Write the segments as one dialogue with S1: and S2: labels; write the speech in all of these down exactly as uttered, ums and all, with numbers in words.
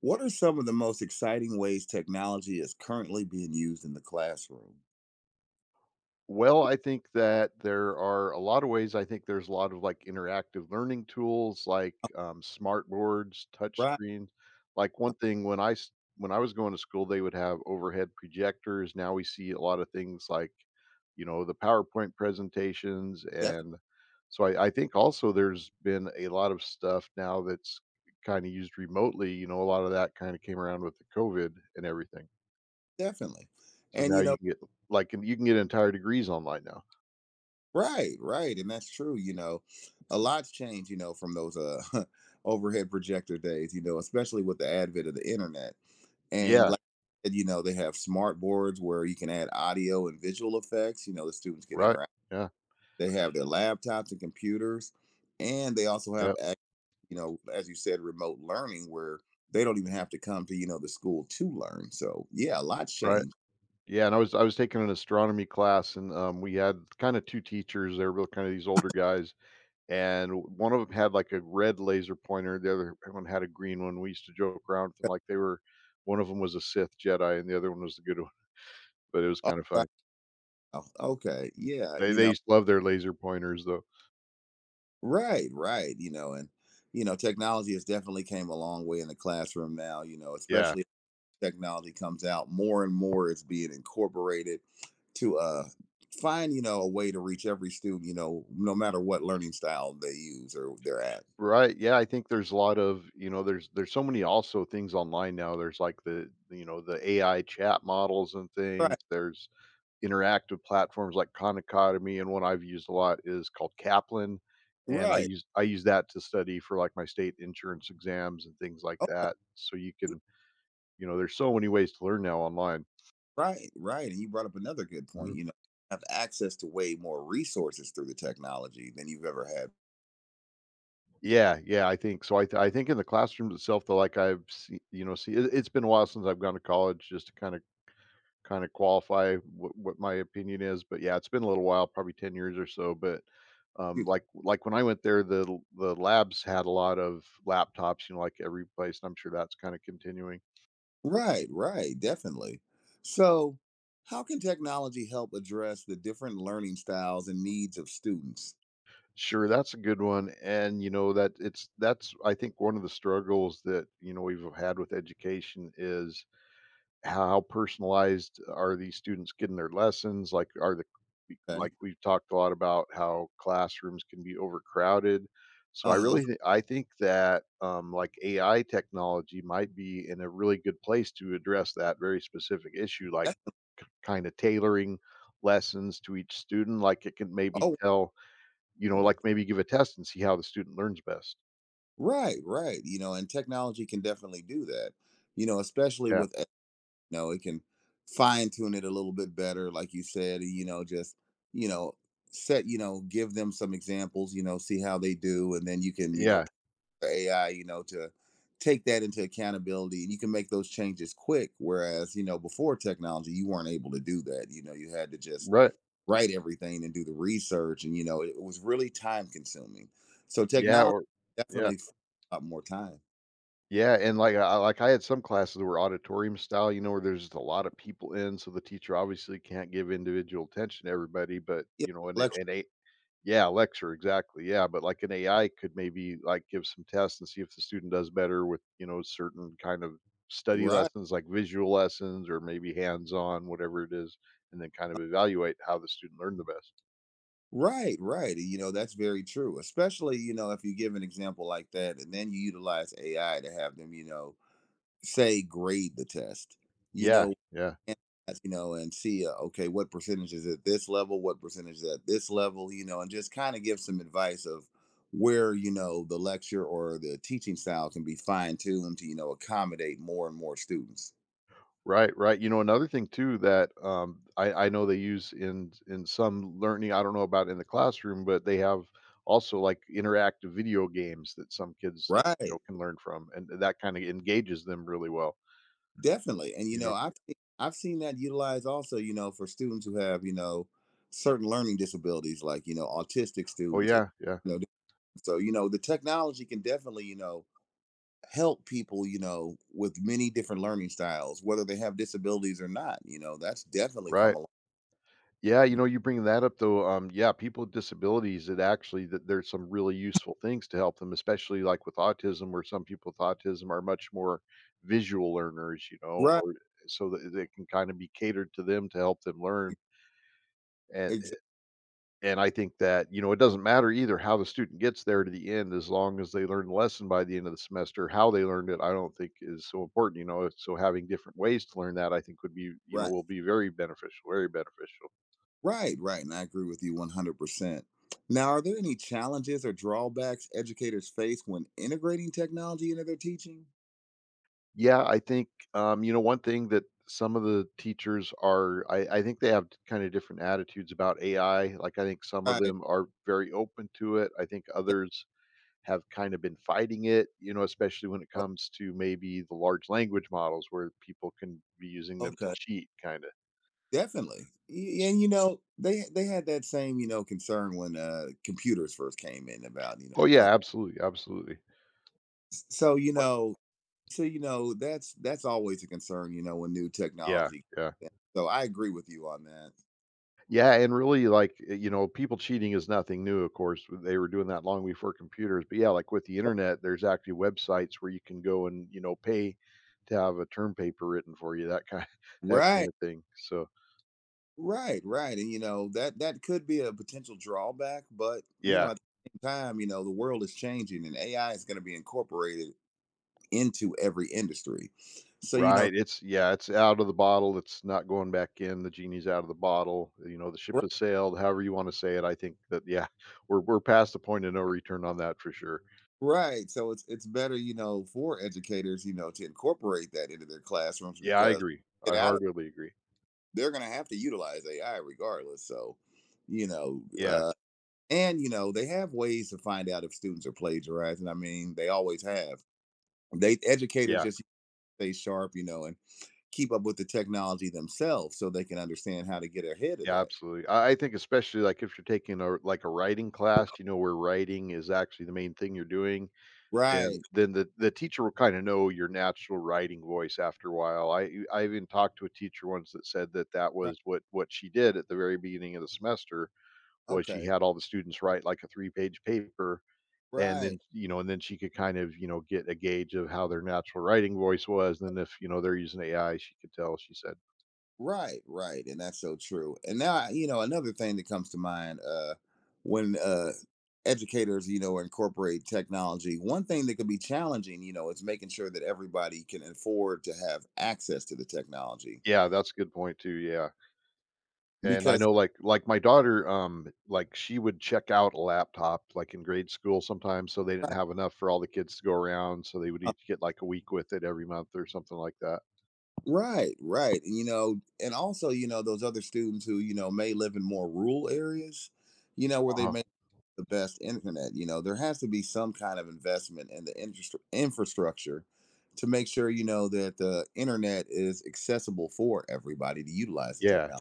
S1: What are some of the most exciting ways technology is currently being used in the classroom?
S2: Well, I think that there are a lot of ways. I think there's a lot of like interactive learning tools, like um, smart boards, touch
S1: Right.
S2: screens. Like one thing when I s- When I was going to school, they would have overhead projectors. Now we see a lot of things like, you know, the PowerPoint presentations,
S1: Def-
S2: and so I, I think also there's been a lot of stuff now that's kind of used remotely. You know, a lot of that kind of came around with the COVID and everything.
S1: Definitely.
S2: So
S1: And,
S2: now
S1: you
S2: you
S1: know,
S2: can get like you can get entire degrees online now.
S1: right, right. And that's true. You know, a lot's changed, you know, from those uh, overhead projector days, you know, especially with the advent of the internet. And
S2: Yeah.
S1: like I said, you know, they have smart boards where you can add audio and visual effects. You know, the students can
S2: Right.
S1: interact.
S2: Yeah.
S1: They have their laptops and computers, and they also have
S2: Yeah.
S1: you know, as you said, remote learning where they don't even have to come to, you know, the school to learn. So yeah, a lot's
S2: Right.
S1: changed.
S2: Yeah, and I was I was taking an astronomy class, and, um, we had kinda two teachers, they were both kinda these older guys, and w one of them had, like, a red laser pointer, the other one had a green one. We used to joke around with 'em like they were — one of them was a Sith Jedi and the other one was the good one, but it was
S1: Oh,
S2: kinda
S1: wow.
S2: funny.
S1: Okay. Yeah.
S2: They
S1: You
S2: they
S1: know,
S2: used to love their laser pointers, though.
S1: right, right. You know, and, you know, technology has definitely came a long way in the classroom now, you know,
S2: Yeah.
S1: especially if technology comes out more and more it's being incorporated to uh find, you know, a way to reach every student, you know, no matter what learning style they use or they're at.
S2: Right, yeah, I think there's a lot of you know, there's there's so many also things online now. There's, like, the the, you know, the A I chat models and
S1: Right.
S2: things. There's interactive platforms like Khan Academy, and one I've used a lot is called Kaplan, and I
S1: Right.
S2: use I use that to study for, like, my state insurance exams and things like that. So you can — you know, there's so many ways to learn now online.
S1: Right, right. And you brought up another good
S2: Mhm.
S1: point. You know, have access to way more resources through the technology than you've ever had
S2: Yeah, yeah, I think so. I th I think in the classroom itself, though, like, I've see you know, see it it's been a while since I've gone to college, just to kinda kind of qualify what, what my opinion is. But yeah, it's been a little while, probably ten years or so. But um,
S1: before.
S2: like like when I went there, the l- the labs had a lot of laptops, you know, like every place. And I'm sure that's kind of continuing.
S1: Right, right, definitely. So, how can technology help address the different learning styles and needs of students?
S2: Sure, that's a good one. And you know that it's that's I think one of the struggles that you know we've had with education is, how personalized are these students getting their lessons? Like, are the —
S1: Okay.
S2: like we've talked a lot about how classrooms can be overcrowded. So
S1: Uh
S2: I
S1: huh.
S2: really th- I think that um, like A I technology might be in a really good place to address that very specific issue, like
S1: That's
S2: kind of tailoring lessons to each student. Like it can maybe
S1: always
S2: tell, you
S1: a
S2: know,
S1: thing.
S2: like maybe give a test and see how the student learns best.
S1: Right, right. You know, and technology can definitely do that. You know, especially
S2: Yeah,
S1: with you know it can fine tune it a little bit better like you said you know just you know set you know give them some examples you know see how they do and then you can you know
S2: yeah,
S1: the ai you know to take that into accountability and you can make those changes quick whereas you know before technology you weren't able to do that you know you had to just
S2: right,
S1: write everything and do the research and you know it was really time consuming so
S2: yeah,
S1: technology
S2: or yeah.
S1: definitely frees up more time.
S2: Yeah, and like I like I had some classes that were auditorium style, you know, where there's just a lot of people in, so the teacher obviously can't give individual attention to everybody, but
S1: Yeah,
S2: you know, an
S1: lecture.
S2: an a yeah, lecture, exactly. Yeah, but like an A I could maybe like give some tests and see if the student does better with, you know, certain kind of study
S1: Right.
S2: lessons, like visual lessons or maybe hands-on, whatever it is, and then kind of evaluate how the student learned the best.
S1: Right, right. You know, that's very true. Especially, you know, if you give an example like that and then you utilize A I to have them, you know, say grade the test, you
S2: Yeah,
S1: know,
S2: yeah.
S1: and, you know, and see, uh, okay, what percentage is at this level? What percentage is at this level? You know, and just kind of give some advice of where, you know, the lecture or the teaching style can be fine tuned to, you know, accommodate more and more students.
S2: Right, right. You know, another thing too that, um, I I know they use in in some learning, I don't know about in the classroom, but they have also, like, interactive video games that some kids, you know,
S1: Right.
S2: can learn from, and that kinda engages them really well,
S1: Definitely. And you
S2: you
S1: know,
S2: know?
S1: I've se- I've seen that utilized also, you know, for students who have, you know, certain learning disabilities like, you know, autistic
S2: Oh,
S1: students and
S2: yeah, yeah,
S1: you know, so you know, the technology can definitely, you know, help people, you know, with many different learning styles, whether they have disabilities or not, you know, that's definitely come
S2: right.
S1: along.
S2: Yeah, you know, you bring that up though. Um, yeah, people with disabilities, it actually that there's some really useful things to help them, especially like with autism, where some people with autism are much more visual learners, you know,
S1: Right.
S2: or so that it can kind of be catered to them to help them learn. And
S1: Exactly.
S2: and I think that, you know, it doesn't matter either how the student gets there to the end. As long as they learn the lesson by the end of the semester, how they learned it, I don't think is so important, you know. So having different ways to learn, that I think would be, you know,
S1: Right.
S2: will be very beneficial, very beneficial.
S1: Right, right. And I agree with you one hundred percent. Now, are there any challenges or drawbacks educators face when integrating technology into their teaching?
S2: Yeah, I think, um, you know, one thing that some of the teachers are, I, I think they have kind of different attitudes about A I. Like, I think some of
S1: Right.
S2: them are very open to it. I think
S1: Yeah.
S2: others have kind of been fighting it, you know, especially when it
S1: o-
S2: comes to maybe the large language models where people can be using them to
S1: Okay.
S2: cheat, kind of.
S1: Definitely. Y- And you know, they they had that same, you know, concern when uh computers first came in about, you know,
S2: Oh,
S1: like
S2: yeah, absolutely. Absolutely.
S1: so you
S2: But —
S1: know, so you know, that's that's always a concern, you know, when new
S2: yeah.
S1: technology comes
S2: Yeah.
S1: in. So I agree with you on that.
S2: Yeah, and really, like, uh, you know, people cheating is nothing new, of course. They were doing that long before computers. But yeah, like with the internet, there's actually websites where you can go and, you know, pay to have a term paper written for you, that kind that kind
S1: Right.
S2: of thing. So,
S1: Right, right. And you know, that that could be a potential drawback, but you
S2: yeah,
S1: know, at the same time, you know, the world is changing and A I is going to be incorporated into every industry. So, you know,
S2: right. It's yeah, it's out of the bottle. It's not going back in. The genie's out of the bottle. You know, the ship has sailed, however you want to say it. I think that yeah, we're we're past the point of no return on that for sure.
S1: right. So it's it's better, you know, for educators, you know, to incorporate that into their classrooms
S2: Yeah, I
S1: because
S2: agree.
S1: get
S2: I
S1: out of
S2: heartily agree.
S1: they're going to have to utilize A I regardless. So, you know,
S2: Yeah.
S1: uh, and you know, they have ways to find out if students are plagiarizing. I mean, they always have. They educators
S2: Yeah.
S1: just stay sharp, you know, and keep up with the technology themselves so they can understand how to get ahead of
S2: Yeah,
S1: that.
S2: absolutely. I I think especially like if you're taking a like a writing class, you know, where writing is actually the main thing you're doing,
S1: Right.
S2: then then the the teacher will kind of know your natural writing voice after a while. I e- I even talked to a teacher once that said that that
S1: Right.
S2: was what what she did at the very beginning of the semester, was she
S1: Okay.
S2: had all the students write like a three page paper, and then
S1: Right.
S2: you know, and then she could kind of, you know, get a gauge of how their natural writing voice was, and then if you know they're using ai, she could tell, she said.
S1: Right, right, and that's so true. And now, I- you know, another thing that comes to mind uh, when uh, educators, you know, incorporate technology, one thing that could be challenging, you know, is making sure that everybody can afford to have access to the technology
S2: Yeah, that's a good point too, yeah. And I
S1: because.
S2: know like like my daughter, um, like she would check out a laptop like in grade school sometimes, so they didn't
S1: right,
S2: have enough for all the kids to go around, so they would
S1: uh,
S2: each get like a week with it every month or something like that.
S1: Right, right. And, you know, and also, you know, those other students who, you know, may live in more rural areas, you know, where they
S2: Uh-huh.
S1: may the best internet. You know, there has to be some kind of investment in the interest infrastructure to make sure you know that the internet is accessible for everybody to utilize the
S2: Yeah.
S1: technology.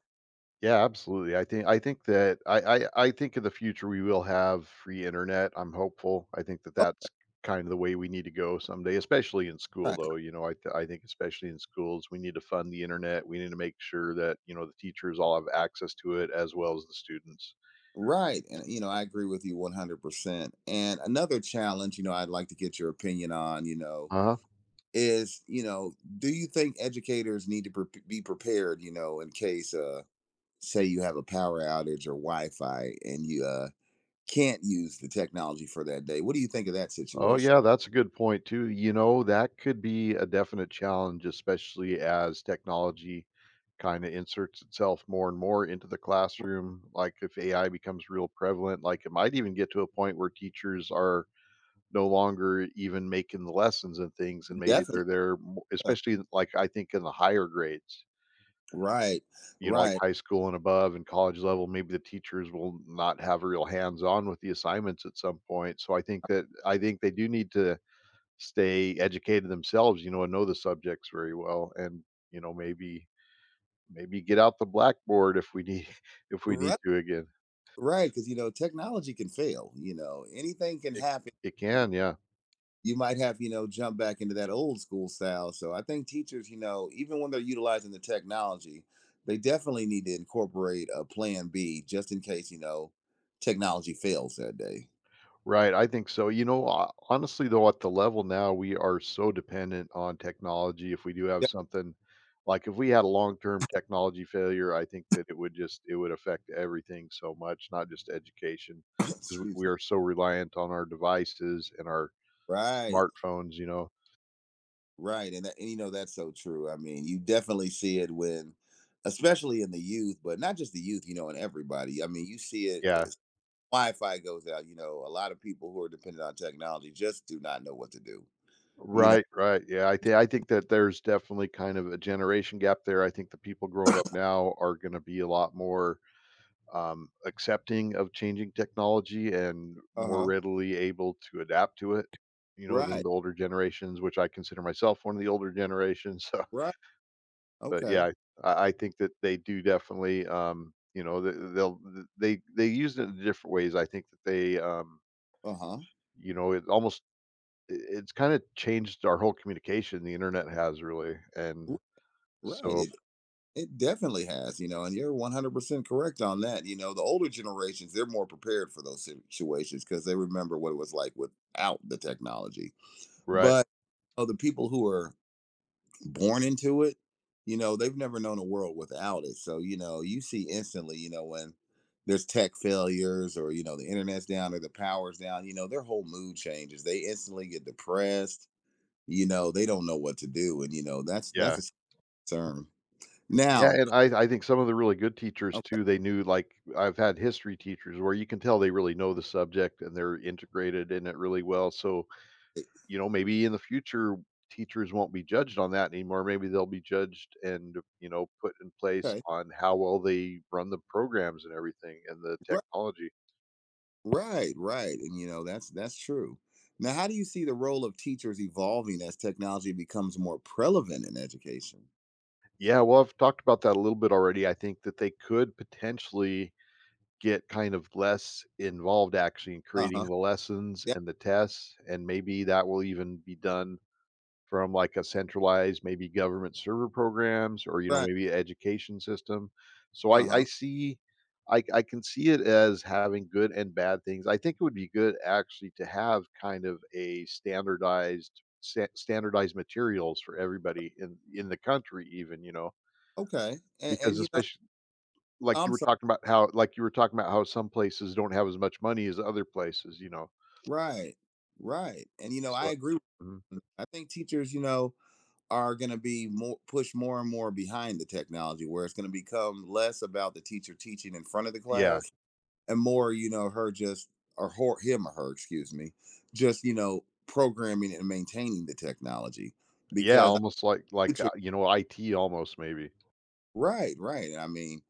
S2: Yeah, absolutely. I think I think that I, I I think in the future we will have free internet. I'm hopeful. I think that
S1: Oh,
S2: that's kind of the way we need to go someday, especially in school
S1: right,
S2: though. You know, I th- I think especially in schools we need to fund the internet. We need to make sure that, you know, the teachers all have access to it as well as the students.
S1: right, and you know, I agree with you one hundred percent. And another challenge, you know, I'd like to get your opinion on, you know,
S2: Uh-huh.
S1: is you know, do you think educators need to pre- be prepared, you know, in case uh say you have a power outage or Wi-Fi and you uh can't use the technology for that day. What do you think of that
S2: Oh,
S1: situation?
S2: yeah, that's a good point too. You know, that could be a definite challenge, especially as technology kind of inserts itself more and more into the classroom. Like if A I becomes real prevalent, like it might even get to a point where teachers are no longer even making the lessons and things, and maybe
S1: Definitely.
S2: they're there, mo-
S1: Yeah.
S2: especially like I think in the higher grades.
S1: Right.
S2: You know, like
S1: Right.
S2: high school and above and college level, maybe the teachers will not have real hands on with the assignments at some point. So I think that I think they do need to stay educated themselves, you know, and know the subjects very well, and, you know, maybe maybe get out the blackboard if we need if we need
S1: Right.
S2: to again.
S1: Right. Because, you know, technology can fail. You know, anything can
S2: It
S1: happen.
S2: it can, yeah.
S1: You might have, you know, jump back into that old school style. So I think teachers, you know, even when they're utilizing the technology, they definitely need to incorporate a plan B just in case, you know, technology fails that day.
S2: Right, I think so. You know, ho honestly, though, at the level now, we are so dependent on technology. If we do have
S1: Yeah.
S2: something like, if we had a long-term technology failure, I think that it would just it would affect everything so much, not just education, 'cause we
S1: Excuse
S2: we
S1: me.
S2: are so reliant on our devices and our
S1: Right.
S2: smartphones, you know?
S1: Right. And, that, and, you know, that's so true. I mean, you definitely see it when, especially in the youth, but not just the youth, you know, in everybody. I mean, you see it
S2: Yeah.
S1: Wi-Fi goes out, you know, a lot of people who are dependent on technology just do not know what to do. You know.
S2: Right, right. Yeah, I think I think that there's definitely kind of a generation gap there. I think the people growing up now are going to be a lot more um, accepting of changing technology and more
S1: Uh-huh.
S2: readily able to adapt to it, you know, than
S1: Right.
S2: the older generations, which I consider myself one of the older generations. So,
S1: Right.
S2: but
S1: Okay.
S2: yeah, I, I think that they do definitely, um, you know, th- they'll th- they they use it in different ways. I think that they, um,
S1: Uh-huh.
S2: you know, it almost — it's kinda changed our whole communication, the internet has really, and
S1: Right.
S2: so
S1: It it definitely has, you know, and you're one hundred percent correct on that. You know, the older generations, they're more prepared for those situations because they remember what it was like without the technology.
S2: right,
S1: But oh, the people who are born into it you know they've never known a world without it so you know you see instantly you know when there's tech failures or you know the internet's down or the power's down you know their whole mood changes they instantly get depressed you know they don't know what to do and you know that's that's
S2: yeah.
S1: a concern
S2: Yeah,
S1: now.
S2: and I I think some of the really good teachers
S1: Okay.
S2: too, they knew, like, I've had history teachers where you can tell they really know the subject and they're integrated in it really well, so, you know, maybe in the future, teachers won't be judged on that anymore. Maybe they'll be judged and, you know, put in place
S1: Okay.
S2: on how well they run the programs and everything and the
S1: Right.
S2: technology.
S1: Right, right, and you know, that's that's true. Now how do you see the role of teachers evolving as technology becomes more prevalent in education?
S2: Yeah, well, I've talked about that a little bit already. I think that they could potentially get kind of less involved actually in
S1: Uh-huh.
S2: creating the lessons
S1: Yeah.
S2: and the tests, and maybe that will even be done from like a centralized, maybe government server programs or you know
S1: Right.
S2: maybe education system. So I,
S1: Uh-huh.
S2: I see, I, I can see it as having good and bad things. I think it would be good actually to have kind of a standardized sta- standardized materials for everybody in in the country even, you know,
S1: Okay. And, and
S2: because
S1: you know,
S2: especially like you
S1: I'm
S2: were
S1: sorry.
S2: talking about how like you were talking about how some places don't have as much money as other places, you know?
S1: Right. Right. And you know, I
S2: So
S1: agree with-
S2: Mhm.
S1: you. I think teachers, you know, are going to be more pushed more and more behind the technology where it's going to become less about the teacher teaching in front of the
S2: Yeah.
S1: class and more, you know, her just or her, him or her, excuse me, just, you know, programming and maintaining the technology
S2: Yeah,
S1: because
S2: almost like like, uh,
S1: I-
S2: you know, I T almost maybe.
S1: right, right. I mean,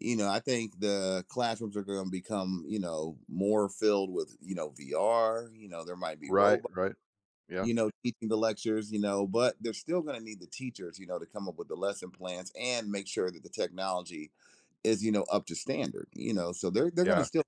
S1: you know, I think the classrooms are going to become, you know, more filled with, you know, V R, you know, there might be
S2: Right,
S1: robots,
S2: right. Yeah,
S1: you know, teaching the lectures, you know, but they're still going to need the teachers, you know, to come up with the lesson plans and make sure that the technology is, you know, up to standard, you know. So they're they're going to
S2: yeah.
S1: still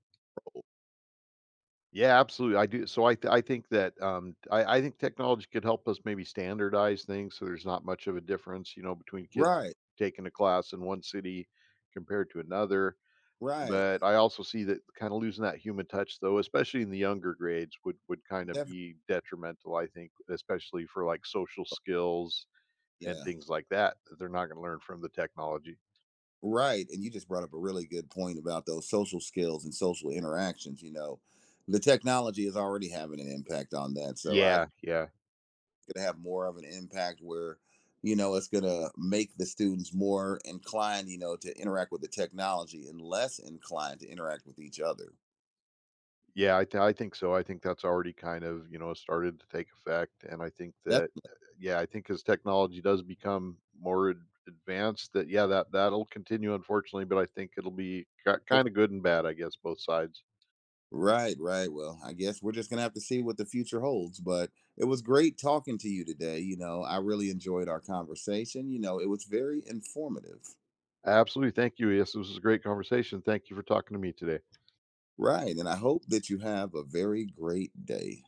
S2: Yeah, absolutely, I do, so I th I think that, um, I I think technology could help us maybe standardize things so there's not much of a difference, you know, between kids
S1: right,
S2: taking a class in one city compared to another.
S1: right.
S2: But I also see that kinda losing that human touch, though, especially in the younger grades, would would kinda
S1: Definitely.
S2: be detrimental, I think, especially for, like, social skills and
S1: Yeah.
S2: things like that, that they're not gonna learn from the technology.
S1: Right. And you just brought up a really good point about those social skills and social interactions, you know. The technology is already having an impact on that. So I
S2: Yeah, yeah.
S1: going to have more of an impact where you know it's going to make the students more inclined you know to interact with the technology and less inclined to interact with each other
S2: Yeah, I th I think so. I think that's already kind of, you know, started to take effect, and I think
S1: that's
S2: that uh, yeah, I think as technology does become more ad advanced, that yeah, that that'll continue, unfortunately, but I think it'll be
S1: okay.
S2: kinda good and bad, I guess, both sides.
S1: Right, right, well I guess we're just going to have to see what the future holds but it was great talking to you today you know I really enjoyed our conversation you know it was very informative.
S2: Absolutely. Thank you. Yes, this was a great conversation. Thank you for talking to me today.
S1: Right and I hope that you have a very great day.